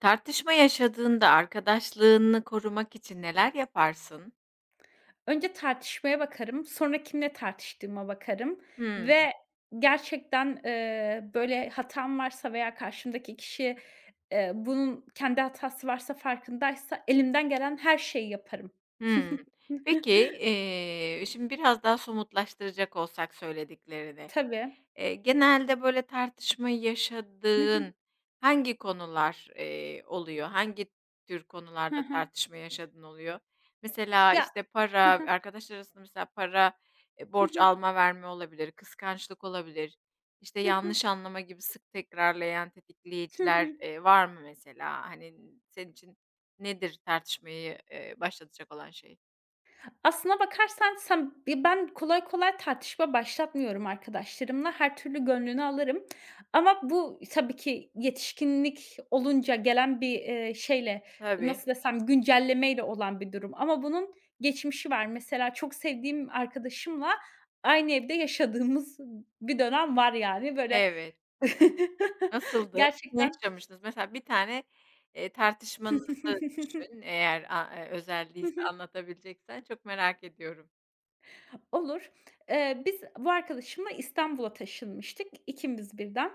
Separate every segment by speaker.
Speaker 1: Tartışma yaşadığında arkadaşlığını korumak için neler yaparsın?
Speaker 2: Önce tartışmaya bakarım, sonra kimle tartıştığıma bakarım
Speaker 1: Hımm.
Speaker 2: ve gerçekten, böyle hatam varsa veya karşımdaki kişi, bunun kendi hatası varsa farkındaysa elimden gelen her şeyi yaparım.
Speaker 1: Hımm. Peki, şimdi biraz daha somutlaştıracak olsak söylediklerini,
Speaker 2: Tabii.
Speaker 1: Genelde böyle tartışma
Speaker 2: Hı hı.
Speaker 1: yaşadığın hangi konular, oluyor? Hangi tür
Speaker 2: Hı
Speaker 1: konularda
Speaker 2: hı.
Speaker 1: tartışma yaşadığın oluyor? Mesela,
Speaker 2: Ya.
Speaker 1: işte, para, arkadaşlar arasında mesela para,
Speaker 2: Hı
Speaker 1: borç
Speaker 2: hı.
Speaker 1: alma verme olabilir, kıskançlık olabilir, işte,
Speaker 2: Hı hı.
Speaker 1: yanlış anlama gibi sık tekrarlayan
Speaker 2: Hı
Speaker 1: tetikleyiciler,
Speaker 2: hı.
Speaker 1: var mı mesela? Hani, senin için nedir tartışmayı, başlatacak olan şey?
Speaker 2: Aslına bakarsan ben kolay kolay tartışma başlatmıyorum arkadaşlarımla. Her türlü gönlünü alırım ama bu tabii ki yetişkinlik olunca gelen bir, şeyle,
Speaker 1: Tabii,
Speaker 2: nasıl desem, güncellemeyle olan bir durum ama bunun geçmişi var. Mesela çok sevdiğim arkadaşımla aynı evde yaşadığımız bir dönem var yani. Böyle
Speaker 1: evet. Nasıldı? Ne
Speaker 2: gerçekten.
Speaker 1: yaşamıştınız? Mesela bir tane, tartışmanızı düşün, eğer a özel değilse anlatabileceksen çok merak ediyorum.
Speaker 2: Olur. Biz bu arkadaşımla İstanbul'a taşınmıştık ikimiz birden.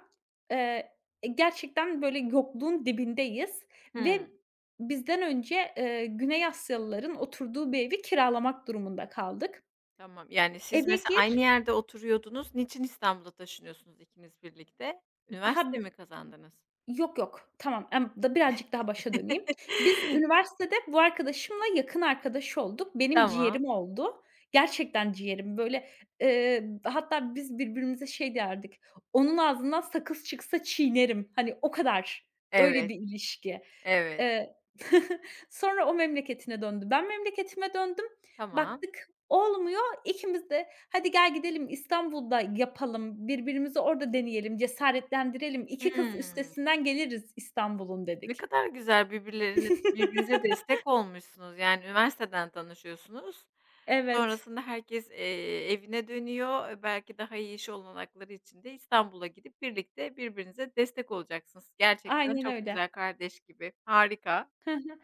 Speaker 2: Eee, gerçekten böyle yokluğun dibindeyiz ve
Speaker 1: Hımm,
Speaker 2: bizden önce, Güney Asyalıların oturduğu bir evi kiralamak durumunda kaldık.
Speaker 1: tamam. Yani, siz
Speaker 2: Eve
Speaker 1: mesela aynı
Speaker 2: gir
Speaker 1: yerde oturuyordunuz. Niçin İstanbul'a taşınıyorsunuz ikiniz birlikte?
Speaker 2: Ha
Speaker 1: Üniversite mi kazandınız?
Speaker 2: Yok, yok. Tamam, da birazcık daha başa döneyim. Biz üniversitede bu arkadaşımla yakın arkadaş olduk. Benim
Speaker 1: Tamam.
Speaker 2: ciğerim oldu. Gerçekten ciğerim. Böyle, hatta biz birbirimize şey derdik, "Onun ağzından sakız çıksa çiğnerim." Hani o kadar, öyle
Speaker 1: Evet,
Speaker 2: bir ilişki.
Speaker 1: evet.
Speaker 2: Eee, sonra o memleketine döndü. Ben memleketime döndüm.
Speaker 1: Tamam.
Speaker 2: Baktık olmuyor. İkimiz de "Hadi gel gidelim İstanbul'da yapalım, birbirimizi orada deneyelim, cesaretlendirelim. İki kız
Speaker 1: Hımm.
Speaker 2: üstesinden geliriz İstanbul'un."
Speaker 1: Ne
Speaker 2: dedik.
Speaker 1: kadar güzel birbirlerine birbirinize destek olmuşsunuz. Yani üniversiteden tanışıyorsunuz.
Speaker 2: Evet,
Speaker 1: Sonrasında herkes, evine dönüyor. Belki daha iyi iş olanakları için de İstanbul'a gidip birlikte birbirinize destek olacaksınız. Gerçekten
Speaker 2: aynen
Speaker 1: çok
Speaker 2: öyle.
Speaker 1: güzel, kardeş gibi. Harika.
Speaker 2: Hı hı.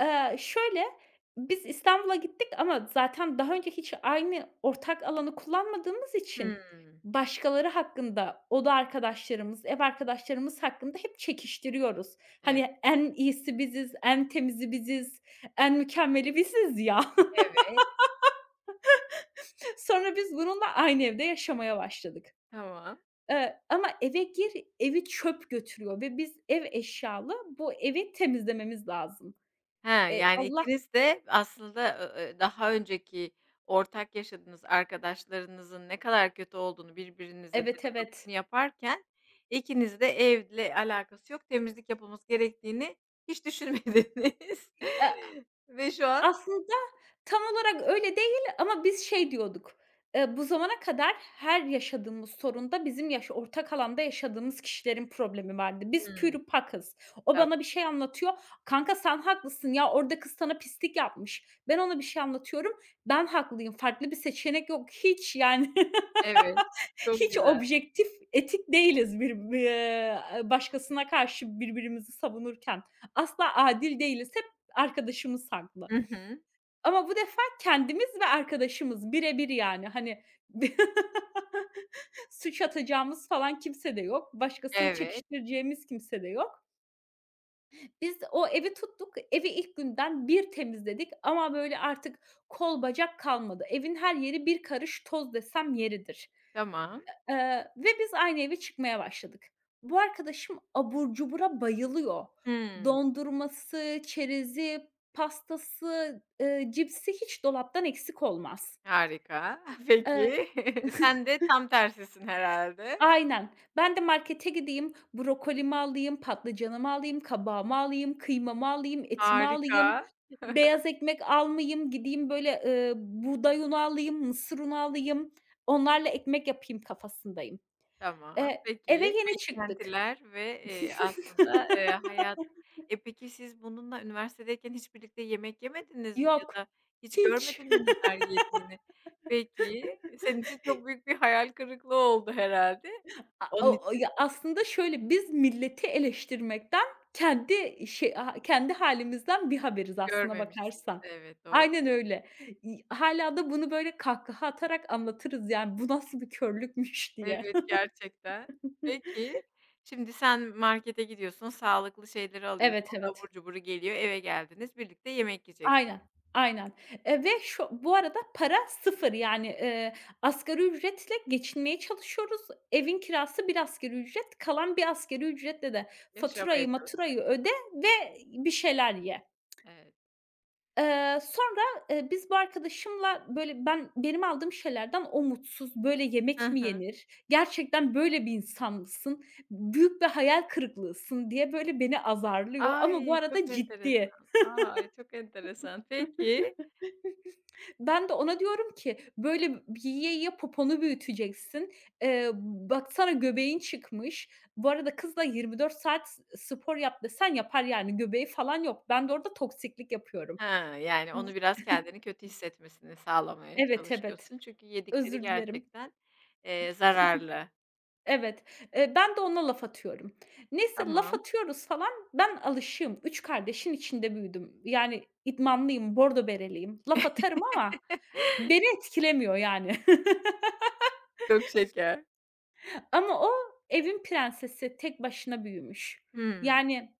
Speaker 2: Şöyle, biz İstanbul'a gittik ama zaten daha önce hiç aynı ortak alanı kullanmadığımız için
Speaker 1: Hımm.
Speaker 2: başkaları hakkında, oda arkadaşlarımız, ev arkadaşlarımız hakkında hep çekiştiriyoruz.
Speaker 1: Evet.
Speaker 2: Hani en iyisi biziz, en temizi biziz, en mükemmeli biziz ya.
Speaker 1: Evet.
Speaker 2: Sonra biz bununla aynı evde yaşamaya başladık.
Speaker 1: Tamam.
Speaker 2: Ama evi çöp götürüyor ve biz ev eşyalı bu evi temizlememiz lazım.
Speaker 1: He, yani
Speaker 2: Allah
Speaker 1: ikiniz de aslında, ı daha önceki ortak yaşadığınız arkadaşlarınızın ne kadar kötü olduğunu birbirinize
Speaker 2: Evet, evet.
Speaker 1: dedikodusunu yaparken ikiniz de evle alakası yok, temizlik yapılması gerektiğini hiç düşünmediniz
Speaker 2: Eee
Speaker 1: ve şu an...
Speaker 2: Aslında tam olarak öyle değil ama biz şey diyorduk, bu zamana kadar her yaşadığımız sorunda bizim ortak alanda yaşadığımız kişilerin problemi vardı. Biz
Speaker 1: Hımm,
Speaker 2: pürüpakız. O
Speaker 1: tamam,
Speaker 2: bana bir şey anlatıyor. "Kanka sen haklısın ya, orada kız sana pislik yapmış." Ben ona bir şey anlatıyorum. "Ben haklıyım, farklı bir seçenek yok." Hiç yani.
Speaker 1: evet, çok
Speaker 2: Hiç
Speaker 1: güzel.
Speaker 2: objektif, etik değiliz bir b başkasına karşı birbirimizi savunurken. Asla adil değiliz. Hep arkadaşımız haklı.
Speaker 1: Hı hı,
Speaker 2: Ama bu defa kendimiz ve arkadaşımız bire bir yani, hani, suç atacağımız falan kimse de yok. Başkasını
Speaker 1: evet,
Speaker 2: çekiştireceğimiz kimse de yok. Biz o evi tuttuk. Evi ilk günden bir temizledik ama böyle artık kol bacak kalmadı. Evin her yeri bir karış toz desem yeridir.
Speaker 1: tamam.
Speaker 2: Ve biz aynı eve çıkmaya başladık. Bu arkadaşım abur cubura bayılıyor.
Speaker 1: Hımm,
Speaker 2: Dondurması, çerezi, pastası, cipsi hiç dolaptan eksik olmaz.
Speaker 1: harika.
Speaker 2: Eee,
Speaker 1: Peki, sen de tam tersisin herhalde.
Speaker 2: aynen. Ben de markete gideyim, brokolimi alayım, patlıcanımı alayım, kabağımı alayım, kıymamı alayım, etimi alayım,
Speaker 1: Harika.
Speaker 2: beyaz ekmek almayayım, gideyim böyle, buğday unu alayım, mısır unu alayım, onlarla ekmek yapayım kafasındayım.
Speaker 1: Tamam,
Speaker 2: Eve
Speaker 1: peki.
Speaker 2: yeni çıktık.
Speaker 1: Beklentiler ve, aslında, hayat... E, peki siz bununla üniversitedeyken hiç birlikte yemek yemediniz mi ya
Speaker 2: Yok,
Speaker 1: da hiç
Speaker 2: hiç.
Speaker 1: görmedin mi neler yediğini? Peki, senin için çok büyük bir hayal kırıklığı oldu herhâlde.
Speaker 2: A
Speaker 1: Onun
Speaker 2: o o
Speaker 1: için
Speaker 2: ya, aslında şöyle, biz milleti eleştirmekten kendi şey ha kendi hâlimizden birhaberiz aslına
Speaker 1: görmemişsiniz.
Speaker 2: bakarsan.
Speaker 1: Evet, doğru
Speaker 2: Aynen
Speaker 1: söylüyorsun.
Speaker 2: öyle. Hâlâ da bunu böyle kahkaha atarak anlatırız yani, "Bu nasıl bir körlükmüş?" diye.
Speaker 1: Evet, gerçekten. Peki, şimdi sen markete gidiyorsun, sağlıklı şeyleri alıyorsun,
Speaker 2: Evet,
Speaker 1: o da abur
Speaker 2: evet.
Speaker 1: cuburu geliyor, eve geldiniz, birlikte yemek yiyecek...
Speaker 2: Aynen, aynen. Ve bu arada para sıfır yani, asgari ücretle geçinmeye çalışıyoruz. Evin kirası bir asgari ücret, kalan bir asgari ücretle de
Speaker 1: Yaşamaya
Speaker 2: faturayı maturayı
Speaker 1: çalışacaksın.
Speaker 2: öde ve bir şeyler ye.
Speaker 1: Evet.
Speaker 2: Sonra, biz bu arkadaşımla, böyle, benim aldığım şeylerden o mutsuz, böyle
Speaker 1: Hı
Speaker 2: yemek mi
Speaker 1: hı.
Speaker 2: yenir, gerçekten böyle bir insan mısın, büyük bir hayal kırıklığısın diye, böyle, beni azarlıyor ama bu
Speaker 1: Ay,
Speaker 2: arada
Speaker 1: çok
Speaker 2: ciddi.
Speaker 1: enteresan. Ay, çok enteresan. Peki,
Speaker 2: Ben de ona diyorum ki, "Böyle yiye yiye poponu büyüteceksin. Baksana göbeğin çıkmış." Bu arada kız da 24 saat spor yap desen yapar yani göbeği falan yok. Ben de orada toksiklik yapıyorum.
Speaker 1: he, yani
Speaker 2: Iıı,
Speaker 1: onu biraz kendini kötü hissetmesini sağlamaya
Speaker 2: Evet, evet.
Speaker 1: çalışıyorsun. Çünkü yedikleri
Speaker 2: Özür dilerim.
Speaker 1: gerçekten, zararlı.
Speaker 2: Evet, ben de ona laf atıyorum. Neyse, laf
Speaker 1: Tamam.
Speaker 2: atıyoruz falan. Ben alışığım. Üç kardeşin içinde büyüdüm. Yani idmanlıyım, bordo bereliyim. Laf atarım ama beni etkilemiyor yani.
Speaker 1: Çok şeker.
Speaker 2: Ama o evin prensesi, tek başına büyümüş.
Speaker 1: Hımm.
Speaker 2: Yani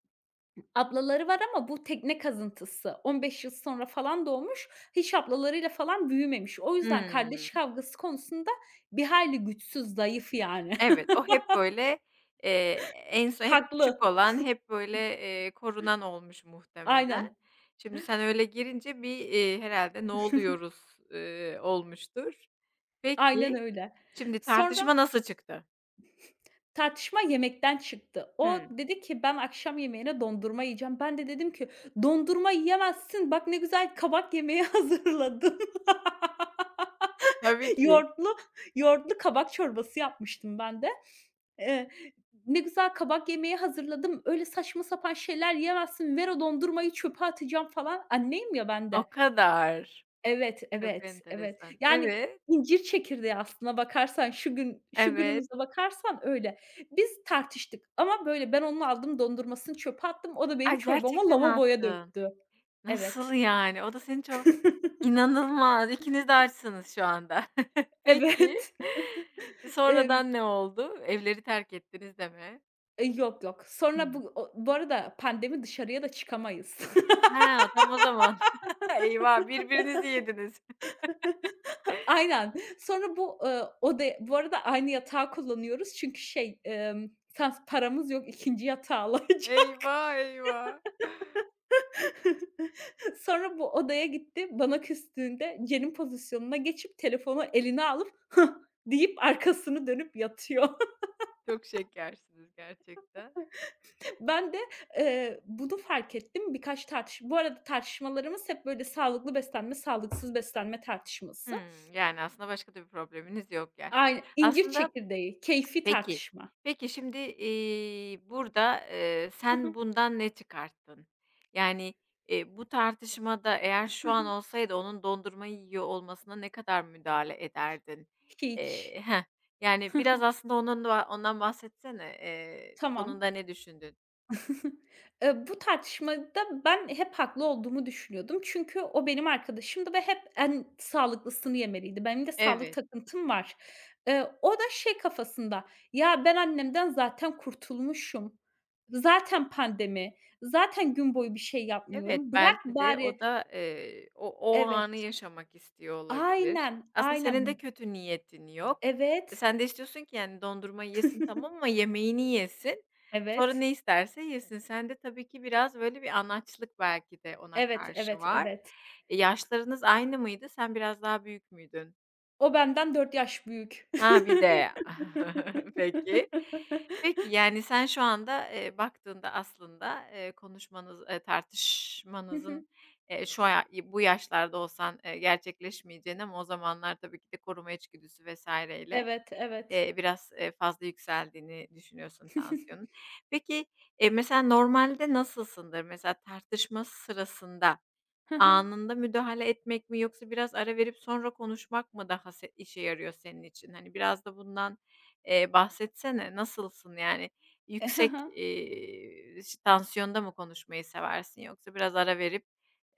Speaker 2: ablaları var ama bu tekne kazıntısı. 15 yıl sonra falan doğmuş. Hiç ablalarıyla falan büyümemiş. O yüzden
Speaker 1: Hımm.
Speaker 2: kardeş kavgası konusunda bir hayli güçsüz, zayıf yani.
Speaker 1: Evet, o hep böyle, eee, en son hep küçük
Speaker 2: Haklı.
Speaker 1: olan, hep böyle, korunan olmuş muhtemelen.
Speaker 2: Aynen,
Speaker 1: Şimdi sen öyle girince bir, herhâlde "Ne oluyoruz?" Olmuştur.
Speaker 2: aynen
Speaker 1: Peki.
Speaker 2: öyle.
Speaker 1: Şimdi
Speaker 2: Sonra
Speaker 1: tartışma nasıl çıktı?
Speaker 2: tartışma yemekten çıktı. O
Speaker 1: Hımm.
Speaker 2: dedi ki, "Ben akşam yemeğine dondurma yiyeceğim." Ben de dedim ki, "Dondurma yiyemezsin. Bak ne güzel kabak yemeği hazırladım."
Speaker 1: Tabii ki.
Speaker 2: Yoğurtlu yoğurtlu kabak çorbası yapmıştım ben de. Eee, "Ne güzel kabak yemeği hazırladım. Öyle saçma sapan şeyler yiyemezsin. Ver o dondurmayı çöpe atacağım." falan. Anneyim ya ben
Speaker 1: O
Speaker 2: de.
Speaker 1: kadar.
Speaker 2: Evet,
Speaker 1: Çok
Speaker 2: evet, evet.
Speaker 1: enteresan.
Speaker 2: Yani,
Speaker 1: Evet,
Speaker 2: incir çekirdeği aslına bakarsan, şu gün şu
Speaker 1: evet.
Speaker 2: günümüze bakarsan öyle. Biz tartıştık ama böyle ben onun aldım dondurmasını çöpe attım, o da benim
Speaker 1: Ay,
Speaker 2: çorbamı
Speaker 1: gerçekten
Speaker 2: lavaboya
Speaker 1: attın.
Speaker 2: döktü.
Speaker 1: Nasıl
Speaker 2: Evet.
Speaker 1: yani? O da seni çok... İnanılmaz. İkiniz de açsınız şu anda. Peki,
Speaker 2: Evet. Emm,
Speaker 1: sonradan ne oldu? Evleri terk ettiniz deme.
Speaker 2: yok, yok. Sonra
Speaker 1: Hımm.
Speaker 2: bu arada pandemi dışarıya da çıkamayız.
Speaker 1: Ha, tam o zaman. Eyvah, birbirinizi yediniz.
Speaker 2: Aynen. Sonra bu, odaya bu arada aynı yatağı kullanıyoruz çünkü sans paramız yok ikinci yatağı alacak.
Speaker 1: Eyvah, eyvah.
Speaker 2: Sonra bu odaya gitti. Bana küstüğünde Cen'in pozisyonuna geçip telefonu eline alıp "Hıh!" deyip arkasını dönüp yatıyor.
Speaker 1: Çok şekersiniz gerçekten.
Speaker 2: Ben de, bunu fark ettim. Birkaç tartış bu arada tartışmalarımız hep böyle sağlıklı beslenme, sağlıksız beslenme tartışması.
Speaker 1: Hımm, yani aslında başka da bir probleminiz yok yani.
Speaker 2: Aynı incir
Speaker 1: Aslında...
Speaker 2: çekirdeği, keyfi
Speaker 1: Peki.
Speaker 2: tartışma.
Speaker 1: Peki şimdi, burada, sen bundan ne çıkarttın? Yani, bu tartışmada eğer şu an olsaydı onun dondurmayı yiyor olmasına ne kadar müdahale ederdin?
Speaker 2: Hiç.
Speaker 1: Eee Heh, yani biraz aslında onun da ondan bahsetsene. Sonunda
Speaker 2: Tamam.
Speaker 1: ne düşündün?
Speaker 2: Bu tartışmada ben hep haklı olduğumu düşünüyordum. Çünkü o benim arkadaşımdı ve hep en sağlıklısını yemeliydi. Benim de sağlık
Speaker 1: Evet.
Speaker 2: takıntım var. O da şey kafasında, "Ya, ben annemden zaten kurtulmuşum. Zaten pandemi. Zaten gün boyu bir şey
Speaker 1: Evet,
Speaker 2: yapmıyorum. Bırak
Speaker 1: belki de
Speaker 2: bari."
Speaker 1: o da, o anı
Speaker 2: Evet,
Speaker 1: yaşamak istiyor olabilir.
Speaker 2: aynen,
Speaker 1: Aslında senin de
Speaker 2: aynen.
Speaker 1: kötü niyetin yok. E,
Speaker 2: Evet,
Speaker 1: sen de istiyorsun ki, yani, dondurma yesin tamam ama yemeğini yesin. Sonra
Speaker 2: evet,
Speaker 1: ne isterse yesin. Sen de tabii ki biraz böyle bir anaçlık belki de ona
Speaker 2: evet,
Speaker 1: karşı
Speaker 2: evet,
Speaker 1: var.
Speaker 2: evet.
Speaker 1: E, yaşlarınız aynı mıydı? Sen biraz daha büyük müydün?
Speaker 2: O benden 4 yaş büyük.
Speaker 1: Ha, bir de. Peki. Peki, yani, sen şu anda, baktığında aslında, konuşmanız,
Speaker 2: Hı
Speaker 1: tartışmanızın,
Speaker 2: hı.
Speaker 1: şu bu yaşlarda olsan, gerçekleşmeyeceğini ama o zamanlar tabii ki de koruma içgüdüsü vesaireyle ile,
Speaker 2: Evet, evet.
Speaker 1: biraz, fazla yükseldiğini düşünüyorsun tansiyonun. Peki, mesela normalde nasılsındır? Mesela tartışma sırasında,
Speaker 2: Hı hı.
Speaker 1: anında müdahale etmek mi yoksa biraz ara verip sonra konuşmak mı daha işe yarıyor senin için? Hani, biraz da bundan, bahsetsene. Nasılsın, yani?
Speaker 2: Hı
Speaker 1: Yüksek,
Speaker 2: hı.
Speaker 1: tansiyonda mı konuşmayı seversin yoksa biraz ara verip,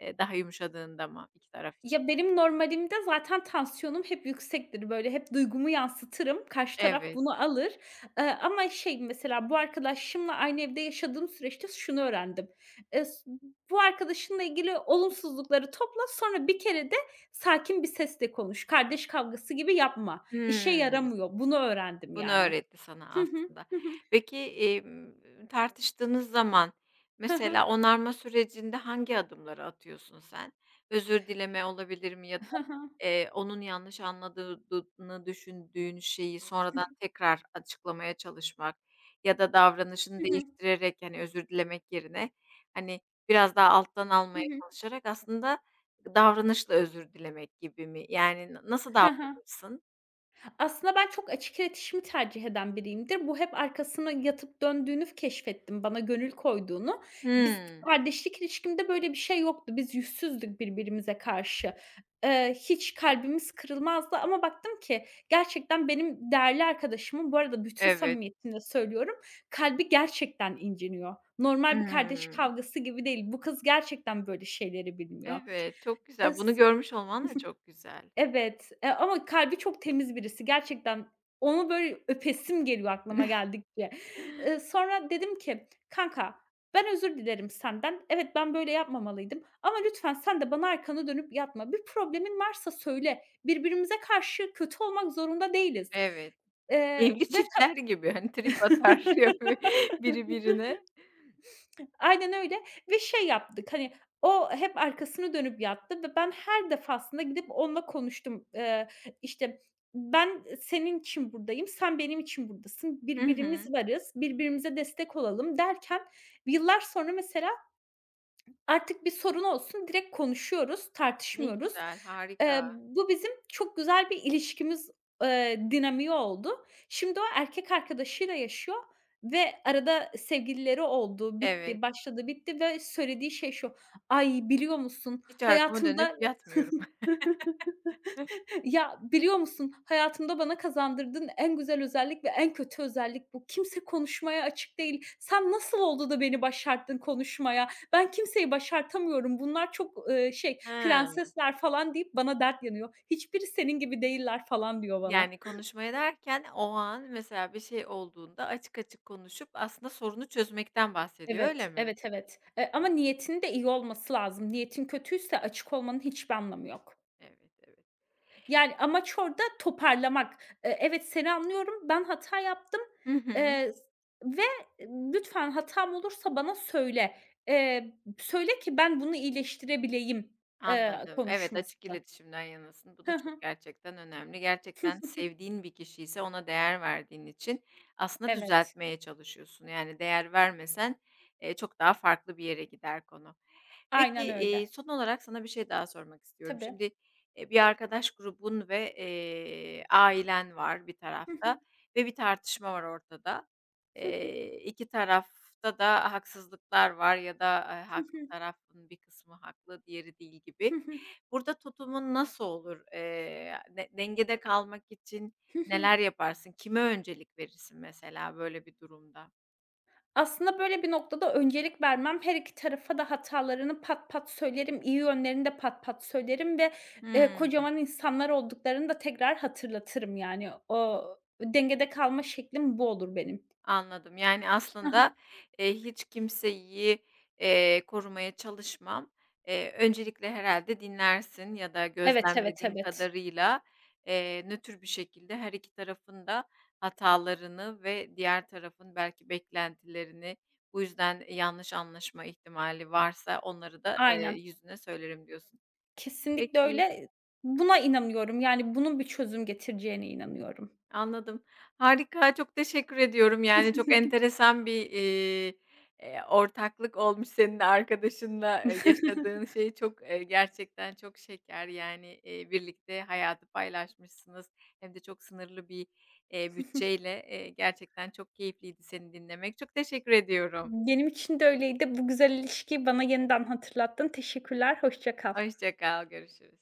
Speaker 1: daha yumuşadığında mı iki taraf için
Speaker 2: Ya,
Speaker 1: de?
Speaker 2: benim normalimde zaten tansiyonum hep yüksektir. Böyle hep duygumu yansıtırım. Karşı taraf
Speaker 1: Evet.
Speaker 2: bunu alır. Ama mesela bu arkadaşımla aynı evde yaşadığım süreçte şunu öğrendim. S bu arkadaşınla ilgili olumsuzlukları topla, sonra bir kere de sakin bir sesle konuş. Kardeş kavgası gibi yapma. İşe
Speaker 1: Hıı.
Speaker 2: yaramıyor. Bunu öğrendim
Speaker 1: Bunu
Speaker 2: yani.
Speaker 1: öğretti sana
Speaker 2: Hı hı.
Speaker 1: aslında.
Speaker 2: Hı hı.
Speaker 1: Peki, tartıştığınız zaman
Speaker 2: Hı hı.
Speaker 1: mesela onarma sürecinde hangi adımları atıyorsun sen? Özür dileme olabilir mi ya da,
Speaker 2: Hı hı.
Speaker 1: onun yanlış anladığını düşündüğün şeyi sonradan tekrar açıklamaya çalışmak ya da davranışını
Speaker 2: Hı hı.
Speaker 1: değiştirerek, hani, özür dilemek yerine, hani, biraz daha alttan
Speaker 2: Hı
Speaker 1: almaya
Speaker 2: hı.
Speaker 1: çalışarak aslında davranışla özür dilemek gibi mi? Yani, nasıl
Speaker 2: Hı hı.
Speaker 1: davranırsın?
Speaker 2: Aslında ben çok açık iletişimi tercih eden biriyimdir. Bu hep arkasına yatıp döndüğünü keşfettim, bana gönül koyduğunu. Biz
Speaker 1: Hımm.
Speaker 2: kardeşlik ilişkimde böyle bir şey yoktu. Biz yüzsüzdük birbirimize karşı. Hiç kalbimiz kırılmazdı ama baktım ki gerçekten benim değerli arkadaşımın, bu arada bütün
Speaker 1: Evet.
Speaker 2: samimiyetimle söylüyorum, kalbi gerçekten inciniyor. Normal bir kardeş
Speaker 1: Hımm.
Speaker 2: kavgası gibi değil. Bu kız gerçekten böyle şeyleri bilmiyor.
Speaker 1: Evet, çok güzel. Bunu
Speaker 2: Es
Speaker 1: görmüş olman da çok güzel.
Speaker 2: Evet, ama kalbi çok temiz birisi gerçekten. Onu böyle öpesim geliyor aklıma geldikçe. Sonra dedim ki, "Kanka, ben özür dilerim senden. Evet, ben böyle yapmamalıydım ama lütfen sen de bana arkanı dönüp yatma. Bir problemin varsa söyle. Birbirimize karşı kötü olmak zorunda değiliz."
Speaker 1: Evet, evli
Speaker 2: Ve
Speaker 1: çiftler gibi, hani, trip atar ya biri birine.
Speaker 2: Aynen öyle ve şey yaptık, hani, o hep arkasını dönüp yattı ve ben her defasında gidip onunla konuştum. İşte, "Ben senin için buradayım, sen benim için buradasın,
Speaker 1: Hı hı.
Speaker 2: birbirimiz varız, birbirimize destek olalım." derken yıllar sonra mesela artık bir sorun olsun, direkt konuşuyoruz,
Speaker 1: Ne
Speaker 2: tartışmıyoruz.
Speaker 1: güzel, harika.
Speaker 2: Bu bizim çok güzel bir ilişkimiz, dinamiği oldu. Şimdi o erkek arkadaşıyla yaşıyor ve arada sevgilileri oldu,
Speaker 1: Evet,
Speaker 2: bitti, başladı, bitti ve söylediği şey şu: "Ay, biliyor musun
Speaker 1: hiç arkama dönüp
Speaker 2: hayatımda."
Speaker 1: yatmıyorum.
Speaker 2: Ya, biliyor musun, hayatımda bana kazandırdığın en güzel özellik ve en kötü özellik bu. Kimse konuşmaya açık değil. Sen nasıl oldu da beni başarttın konuşmaya? Ben kimseyi başartamıyorum. Bunlar çok,
Speaker 1: Hıı.
Speaker 2: prensesler falan deyip bana dert yanıyor. Hiçbiri senin gibi değiller falan diyor bana.
Speaker 1: Yani, konuşmaya derken o an mesela bir şey olduğunda açık açık konuşup aslında sorunu çözmekten bahsediyor, öyle
Speaker 2: Evet,
Speaker 1: mi?
Speaker 2: evet, evet. Ama
Speaker 1: Anladım.
Speaker 2: niyetin de iyi olması lazım. Niyetin kötüyse açık olmanın hiçbir anlamı yok.
Speaker 1: Evet, evet.
Speaker 2: Yani, amaç orada toparlamak. Evet, seni anlıyorum, ben hata yaptım,
Speaker 1: Hı hı.
Speaker 2: eee, ve lütfen hatam olursa bana söyle. Söyle ki ben bunu iyileştirebileyim,
Speaker 1: Anladım. Evet, açık
Speaker 2: konuşması.
Speaker 1: iletişimden yanasın. Bu da
Speaker 2: Hı
Speaker 1: çok
Speaker 2: hı.
Speaker 1: gerçekten önemli. Gerçekten sevdiğin bir kişi ise ona değer verdiğin için aslında
Speaker 2: Evet,
Speaker 1: düzeltmeye çalışıyorsun. Yani değer vermesen, çok daha farklı bir yere gider konu. Peki,
Speaker 2: aynen öyle.
Speaker 1: son olarak sana bir şey daha sormak istiyorum.
Speaker 2: Tabii.
Speaker 1: Şimdi, bir arkadaş grubun ve, ailen var bir tarafta ve bir tartışma var ortada.
Speaker 2: Hı hı. Hı hı.
Speaker 1: İki tarafta da haksızlıklar var ya da,
Speaker 2: Hı
Speaker 1: haklı
Speaker 2: hı.
Speaker 1: tarafın bir kısmı haklı, diğeri değil
Speaker 2: Hı
Speaker 1: gibi.
Speaker 2: hı.
Speaker 1: Burada tutumun nasıl olur? De dengede kalmak için
Speaker 2: Hı hı.
Speaker 1: neler yaparsın? Kime öncelik verirsin mesela böyle bir durumda?
Speaker 2: Aslında böyle bir noktada öncelik vermem, her iki tarafa da hatalarını pat pat söylerim, iyi yönlerini de pat pat söylerim ve
Speaker 1: Hımm.
Speaker 2: kocaman insanlar olduklarını da tekrar hatırlatırım yani. O dengede kalma şeklim bu olur benim.
Speaker 1: Anladım. Yani,
Speaker 2: Hı
Speaker 1: aslında,
Speaker 2: hı.
Speaker 1: hiç kimseyi, korumaya çalışmam. Öncelikle herhalde dinlersin ya da
Speaker 2: Evet, evet,
Speaker 1: gözlemlediğin
Speaker 2: evet.
Speaker 1: kadarıyla, nötr bir şekilde her iki tarafın da hatalarını ve diğer tarafın belki beklentilerini, bu yüzden yanlış anlaşma ihtimali varsa onları da,
Speaker 2: Aynen.
Speaker 1: yüzüne söylerim diyorsun.
Speaker 2: Kesinlikle
Speaker 1: Peki.
Speaker 2: öyle. Buna inanıyorum, yani bunun bir çözüm getireceğine inanıyorum.
Speaker 1: Anladım. Harika, çok teşekkür ediyorum. Yani, çok enteresan bir, ortaklık olmuş senin de arkadaşınla, yaşadığın şey çok, gerçekten çok şeker. Yani, birlikte hayatı paylaşmışsınız hem de çok sınırlı bir, bütçeyle. Gerçekten çok keyifliydi seni dinlemek. Çok teşekkür ediyorum.
Speaker 2: Benim için de öyleydi. Bu güzel ilişkiyi bana yeniden hatırlattın. Teşekkürler, hoşça kal.
Speaker 1: Hoşça kal, görüşürüz.